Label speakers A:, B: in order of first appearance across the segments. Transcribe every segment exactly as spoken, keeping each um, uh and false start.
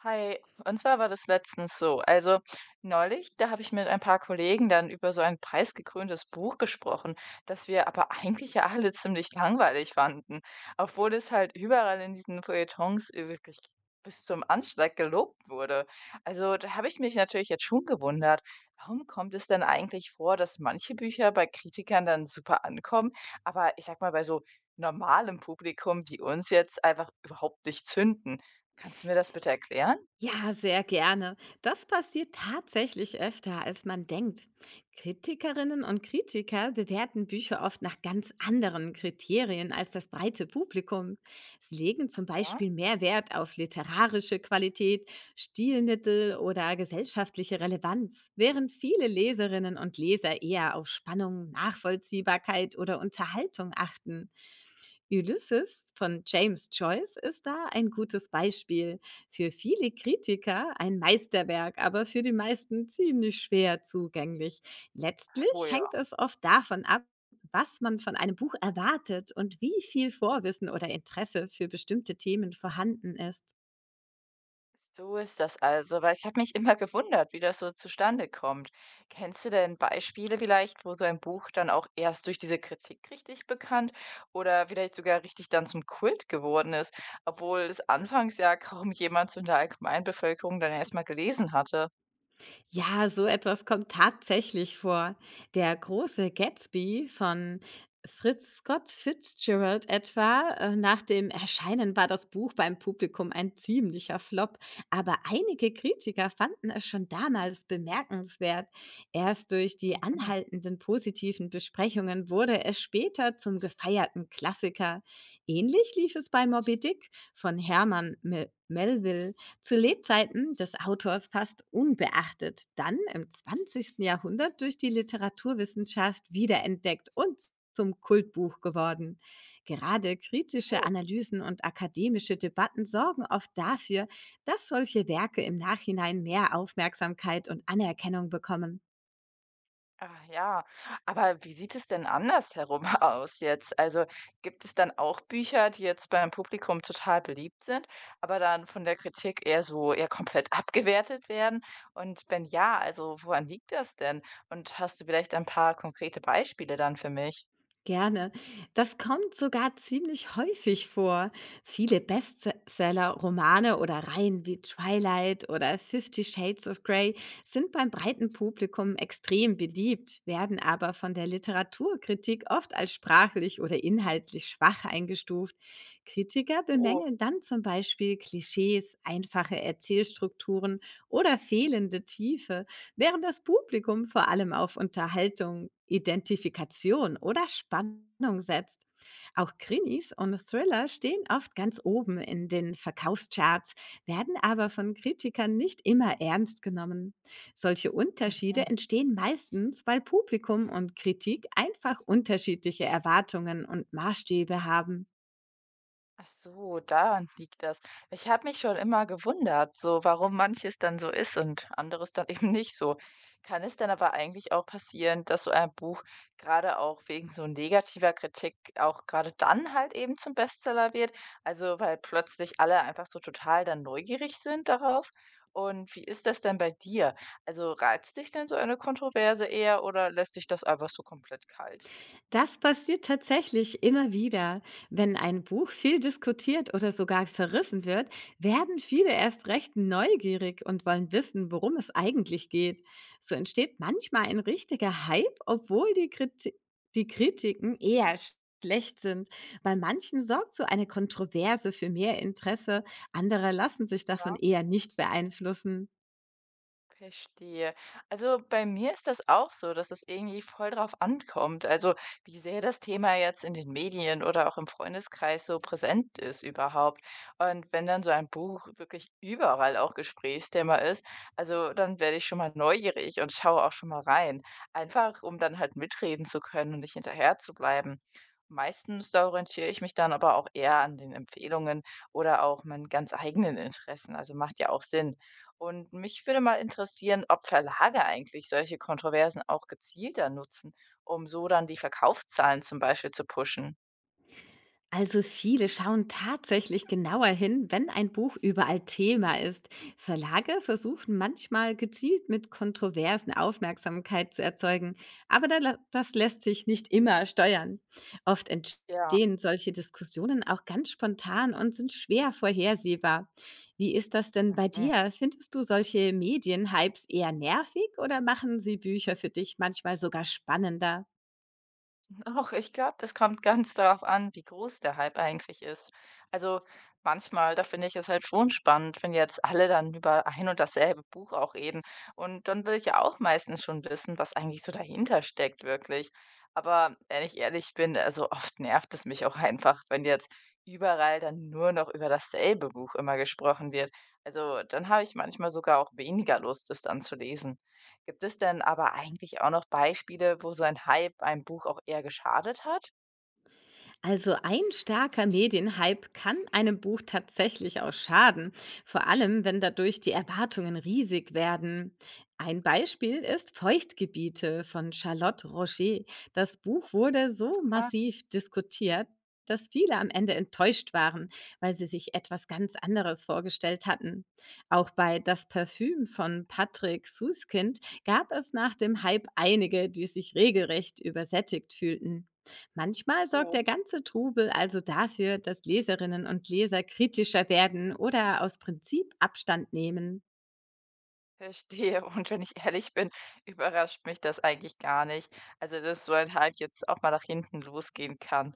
A: Hi, und zwar war das letztens so. Also neulich, da habe ich mit ein paar Kollegen dann über so ein preisgekröntes Buch gesprochen, das wir aber eigentlich ja alle ziemlich langweilig fanden, obwohl es halt überall in diesen Feuilletons äh, wirklich bis zum Anschlag gelobt wurde. Also da habe ich mich natürlich jetzt schon gewundert, warum kommt es denn eigentlich vor, dass manche Bücher bei Kritikern dann super ankommen, aber ich sag mal bei so normalem Publikum wie uns jetzt einfach überhaupt nicht zünden. Kannst du mir das bitte erklären?
B: Ja, sehr gerne. Das passiert tatsächlich öfter, als man denkt. Kritikerinnen und Kritiker bewerten Bücher oft nach ganz anderen Kriterien als das breite Publikum. Sie legen zum
A: Ja?
B: Beispiel mehr Wert auf literarische Qualität, Stilmittel oder gesellschaftliche Relevanz, während viele Leserinnen und Leser eher auf Spannung, Nachvollziehbarkeit oder Unterhaltung achten. Ulysses von James Joyce ist da ein gutes Beispiel. Für viele Kritiker ein Meisterwerk, aber für die meisten ziemlich schwer zugänglich.
A: Oh
B: Letztlich
A: ja.
B: hängt es oft davon ab, was man von einem Buch erwartet und wie viel Vorwissen oder Interesse für bestimmte Themen vorhanden ist.
A: So ist das also, weil ich habe mich immer gewundert, wie das so zustande kommt. Kennst du denn Beispiele vielleicht, wo so ein Buch dann auch erst durch diese Kritik richtig bekannt oder vielleicht sogar richtig dann zum Kult geworden ist, obwohl es anfangs ja kaum jemand so in der Allgemeinbevölkerung dann erstmal gelesen hatte?
B: Ja, so etwas kommt tatsächlich vor. Der große Gatsby von Fritz Scott Fitzgerald etwa. äh, Nach dem Erscheinen war das Buch beim Publikum ein ziemlicher Flop, aber einige Kritiker fanden es schon damals bemerkenswert. Erst durch die
A: Mhm.
B: anhaltenden positiven Besprechungen wurde es später zum gefeierten Klassiker. Ähnlich lief es bei Moby Dick von Herman Mel Melville zu Lebzeiten des Autors fast unbeachtet, dann im zwanzigsten Jahrhundert durch die Literaturwissenschaft wiederentdeckt und zum Kultbuch geworden. Gerade kritische
A: Oh.
B: Analysen und akademische Debatten sorgen oft dafür, dass solche Werke im Nachhinein mehr Aufmerksamkeit und Anerkennung bekommen.
A: Ah ja, aber wie sieht es denn andersherum aus jetzt? Also, gibt es dann auch Bücher, die jetzt beim Publikum total beliebt sind, aber dann von der Kritik eher so eher komplett abgewertet werden? Und wenn ja, also woran liegt das denn? Und hast du vielleicht ein paar konkrete Beispiele dann für mich?
B: Gerne. Das kommt sogar ziemlich häufig vor. Viele Bestseller, Romane oder Reihen wie Twilight oder Fifty Shades of Grey sind beim breiten Publikum extrem beliebt, werden aber von der Literaturkritik oft als sprachlich oder inhaltlich schwach eingestuft. Kritiker
A: Oh.
B: bemängeln dann zum Beispiel Klischees, einfache Erzählstrukturen oder fehlende Tiefe, während das Publikum vor allem auf Unterhaltung, Identifikation oder Spannung setzt. Auch Krimis und Thriller stehen oft ganz oben in den Verkaufscharts, werden aber von Kritikern nicht immer ernst genommen. Solche Unterschiede entstehen meistens, weil Publikum und Kritik einfach unterschiedliche Erwartungen und Maßstäbe haben.
A: Ach so, daran liegt das. Ich habe mich schon immer gewundert, so warum manches dann so ist und anderes dann eben nicht so. Kann es denn aber eigentlich auch passieren, dass so ein Buch gerade auch wegen so negativer Kritik auch gerade dann halt eben zum Bestseller wird? Also weil plötzlich alle einfach so total dann neugierig sind darauf. Und wie ist das denn bei dir? Also reizt dich denn so eine Kontroverse eher oder lässt dich das einfach so komplett kalt?
B: Das passiert tatsächlich immer wieder. Wenn ein Buch viel diskutiert oder sogar verrissen wird, werden viele erst recht neugierig und wollen wissen, worum es eigentlich geht. So entsteht manchmal ein richtiger Hype, obwohl die, Kriti die Kritiken eher schlecht sind. Bei manchen sorgt so eine Kontroverse für mehr Interesse, andere lassen sich davon eher nicht beeinflussen.
A: Verstehe. Also, bei mir ist das auch so, dass es irgendwie voll drauf ankommt, also, wie sehr das Thema jetzt in den Medien oder auch im Freundeskreis so präsent ist überhaupt. Und wenn dann so ein Buch wirklich überall auch Gesprächsthema ist, also, dann werde ich schon mal neugierig und schaue auch schon mal rein, einfach um dann halt mitreden zu können und nicht hinterher zu bleiben. Meistens, da orientiere ich mich dann aber auch eher an den Empfehlungen oder auch meinen ganz eigenen Interessen, also, macht ja auch Sinn. Und mich würde mal interessieren, ob Verlage eigentlich solche Kontroversen auch gezielter nutzen, um so dann die Verkaufszahlen zum Beispiel zu pushen.
B: Also viele schauen tatsächlich genauer hin, wenn ein Buch überall Thema ist. Verlage versuchen manchmal gezielt mit kontroversen Aufmerksamkeit zu erzeugen, aber da la- das lässt sich nicht immer steuern. Oft
A: Ja.
B: entstehen solche Diskussionen auch ganz spontan und sind schwer vorhersehbar. Wie ist das denn bei dir? Findest du solche Medienhypes eher nervig oder machen sie Bücher für dich manchmal sogar spannender?
A: Ach, ich glaube, das kommt ganz darauf an, wie groß der Hype eigentlich ist. Also manchmal, da finde ich es halt schon spannend, wenn jetzt alle dann über ein und dasselbe Buch auch reden. Und dann will ich ja auch meistens schon wissen, was eigentlich so dahinter steckt, wirklich. Aber wenn ich ehrlich bin, also oft nervt es mich auch einfach, wenn jetzt überall dann nur noch über dasselbe Buch immer gesprochen wird. Also dann habe ich manchmal sogar auch weniger Lust, es dann zu lesen. Gibt es denn aber eigentlich auch noch Beispiele, wo so ein Hype einem Buch auch eher geschadet hat?
B: Also ein starker Medienhype kann einem Buch tatsächlich auch schaden, vor allem wenn dadurch die Erwartungen riesig werden. Ein Beispiel ist Feuchtgebiete von Charlotte Roger. Das Buch wurde so
A: Ah,
B: massiv diskutiert, dass viele am Ende enttäuscht waren, weil sie sich etwas ganz anderes vorgestellt hatten. Auch bei Das Parfüm von Patrick Suskind gab es nach dem Hype einige, die sich regelrecht übersättigt fühlten. Manchmal sorgt
A: oh.
B: der ganze Trubel also dafür, dass Leserinnen und Leser kritischer werden oder aus Prinzip Abstand nehmen.
A: Verstehe. Und wenn ich ehrlich bin, überrascht mich das eigentlich gar nicht. Also, dass so ein Hype jetzt auch mal nach hinten losgehen kann.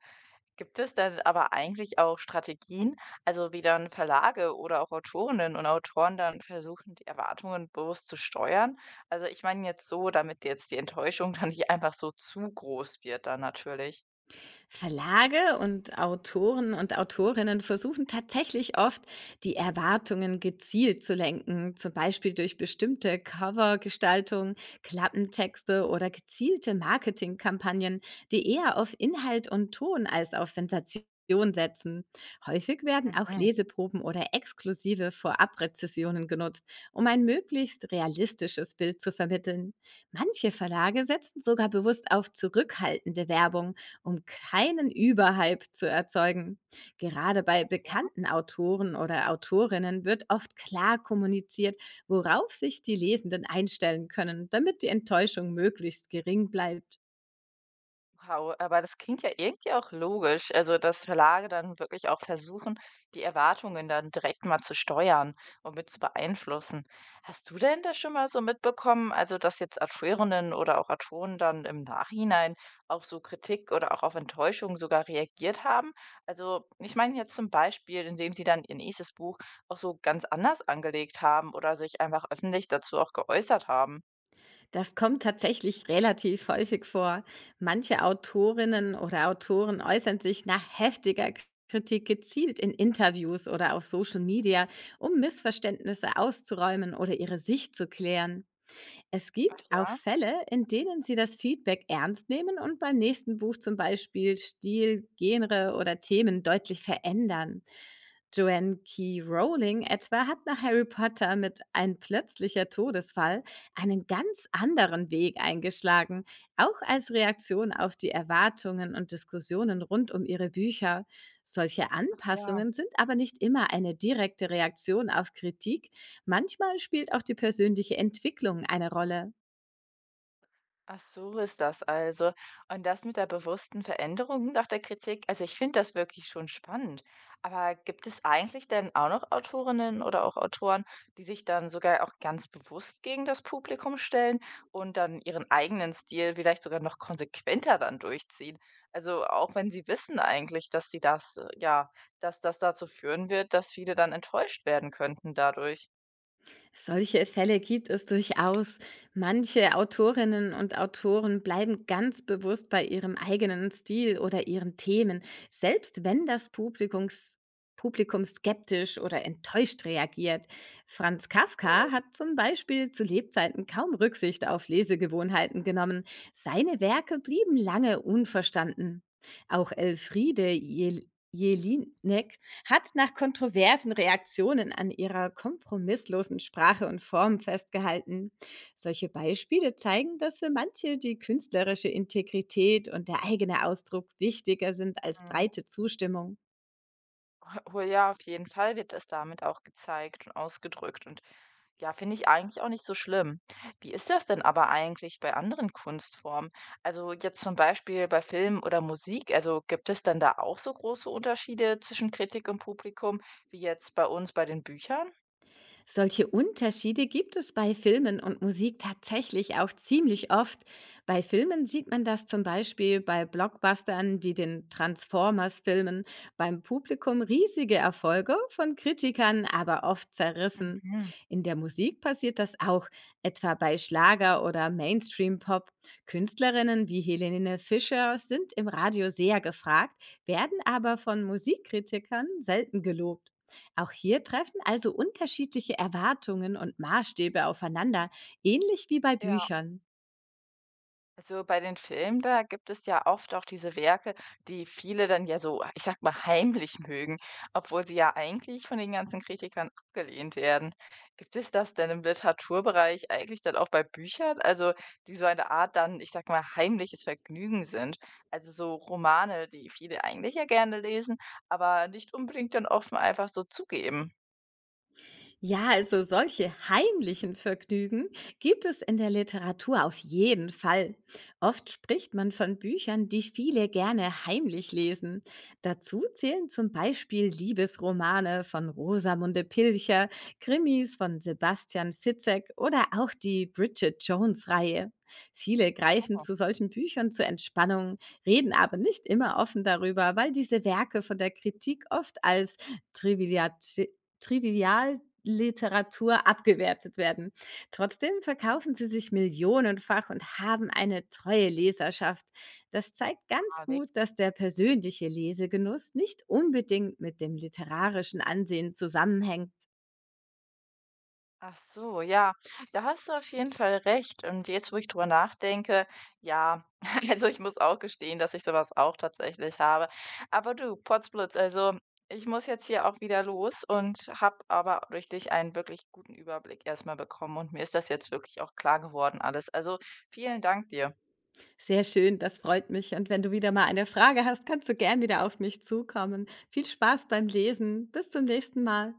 A: Gibt es denn aber eigentlich auch Strategien, also wie dann Verlage oder auch Autorinnen und Autoren dann versuchen, die Erwartungen bewusst zu steuern? Also, ich meine jetzt so, damit jetzt die Enttäuschung dann nicht einfach so zu groß wird dann natürlich.
B: Verlage und Autoren und Autorinnen versuchen tatsächlich oft, die Erwartungen gezielt zu lenken, zum Beispiel durch bestimmte Covergestaltung, Klappentexte oder gezielte Marketingkampagnen, die eher auf Inhalt und Ton als auf Sensation setzen. Häufig werden auch
A: Mhm.
B: Leseproben oder exklusive Vorabrezessionen genutzt, um ein möglichst realistisches Bild zu vermitteln. Manche Verlage setzen sogar bewusst auf zurückhaltende Werbung, um keinen Überhype zu erzeugen. Gerade bei bekannten Autoren oder Autorinnen wird oft klar kommuniziert, worauf sich die Lesenden einstellen können, damit die Enttäuschung möglichst gering bleibt.
A: Wow, aber das klingt ja irgendwie auch logisch, also dass Verlage dann wirklich auch versuchen, die Erwartungen dann direkt mal zu steuern und mit zu beeinflussen. Hast du denn das schon mal so mitbekommen, also dass jetzt Autorinnen oder auch Autoren dann im Nachhinein auf so Kritik oder auch auf Enttäuschung sogar reagiert haben? Also ich meine jetzt zum Beispiel, indem sie dann ihr nächstes Buch auch so ganz anders angelegt haben oder sich einfach öffentlich dazu auch geäußert haben.
B: Das kommt tatsächlich relativ häufig vor. Manche Autorinnen oder Autoren äußern sich nach heftiger Kritik gezielt in Interviews oder auf Social Media, um Missverständnisse auszuräumen oder ihre Sicht zu klären. Es
A: Ach
B: gibt auch
A: ja?
B: Fälle, in denen sie das Feedback ernst nehmen und beim nächsten Buch zum Beispiel Stil, Genre oder Themen deutlich verändern. Joanne Key Rowling etwa hat nach Harry Potter mit Ein plötzlicher Todesfall einen ganz anderen Weg eingeschlagen, auch als Reaktion auf die Erwartungen und Diskussionen rund um ihre Bücher. Solche
A: Ja.
B: Anpassungen sind aber nicht immer eine direkte Reaktion auf Kritik, manchmal spielt auch die persönliche Entwicklung eine Rolle.
A: Ach so ist das also. Und das mit der bewussten Veränderung nach der Kritik, also ich finde das wirklich schon spannend. Aber gibt es eigentlich denn auch noch Autorinnen oder auch Autoren, die sich dann sogar auch ganz bewusst gegen das Publikum stellen und dann ihren eigenen Stil vielleicht sogar noch konsequenter dann durchziehen? Also auch wenn sie wissen eigentlich, dass sie das, äh, ja, dass das dazu führen wird, dass viele dann enttäuscht werden könnten dadurch.
B: Solche Fälle gibt es durchaus. Manche Autorinnen und Autoren bleiben ganz bewusst bei ihrem eigenen Stil oder ihren Themen, selbst wenn das Publikums Publikum skeptisch oder enttäuscht reagiert. Franz Kafka
A: Oh.
B: hat zum Beispiel zu Lebzeiten kaum Rücksicht auf Lesegewohnheiten genommen. Seine Werke blieben lange unverstanden. Auch Elfriede Jel Jelinek hat nach kontroversen Reaktionen an ihrer kompromisslosen Sprache und Form festgehalten. Solche Beispiele zeigen, dass für manche die künstlerische Integrität und der eigene Ausdruck wichtiger sind als
A: Mhm.
B: breite Zustimmung.
A: Oh ja, auf jeden Fall wird das damit auch gezeigt und ausgedrückt und ja, finde ich eigentlich auch nicht so schlimm. Wie ist das denn aber eigentlich bei anderen Kunstformen? Also jetzt zum Beispiel bei Film oder Musik, also gibt es dann da auch so große Unterschiede zwischen Kritik und Publikum wie jetzt bei uns bei den Büchern?
B: Solche Unterschiede gibt es bei Filmen und Musik tatsächlich auch ziemlich oft. Bei Filmen sieht man das zum Beispiel bei Blockbustern wie den Transformers-Filmen, beim Publikum riesige Erfolge, von Kritikern aber oft zerrissen.
A: Mhm.
B: In der Musik passiert das auch, etwa bei Schlager oder Mainstream-Pop. Künstlerinnen wie Helene Fischer sind im Radio sehr gefragt, werden aber von Musikkritikern selten gelobt. Auch hier treffen also unterschiedliche Erwartungen und Maßstäbe aufeinander, ähnlich wie bei
A: Ja.
B: Büchern.
A: Also bei den Filmen, da gibt es ja oft auch diese Werke, die viele dann ja so, ich sag mal, heimlich mögen, obwohl sie ja eigentlich von den ganzen Kritikern abgelehnt werden. Gibt es das denn im Literaturbereich eigentlich dann auch bei Büchern, also die so eine Art dann, ich sag mal, heimliches Vergnügen sind? Also so Romane, die viele eigentlich ja gerne lesen, aber nicht unbedingt dann offen einfach so zugeben.
B: Ja, also solche heimlichen Vergnügen gibt es in der Literatur auf jeden Fall. Oft spricht man von Büchern, die viele gerne heimlich lesen. Dazu zählen zum Beispiel Liebesromane von Rosamunde Pilcher, Krimis von Sebastian Fitzek oder auch die Bridget Jones-Reihe. Viele greifen
A: Oh,
B: zu solchen Büchern zur Entspannung, reden aber nicht immer offen darüber, weil diese Werke von der Kritik oft als trivial, trivial Literatur abgewertet werden. Trotzdem verkaufen sie sich millionenfach und haben eine treue Leserschaft. Das zeigt ganz
A: ah,
B: gut, dass der persönliche Lesegenuss nicht unbedingt mit dem literarischen Ansehen zusammenhängt.
A: ach so, ja, da hast du auf jeden Fall recht. Und jetzt, wo ich drüber nachdenke, ja, also ich muss auch gestehen, dass ich sowas auch tatsächlich habe. Aber du, Potzblitz, also ich muss jetzt hier auch wieder los und habe aber durch dich einen wirklich guten Überblick erstmal bekommen. Und mir ist das jetzt wirklich auch klar geworden alles. Also vielen Dank dir.
B: Sehr schön, das freut mich. Und wenn du wieder mal eine Frage hast, kannst du gern wieder auf mich zukommen. Viel Spaß beim Lesen. Bis zum nächsten Mal.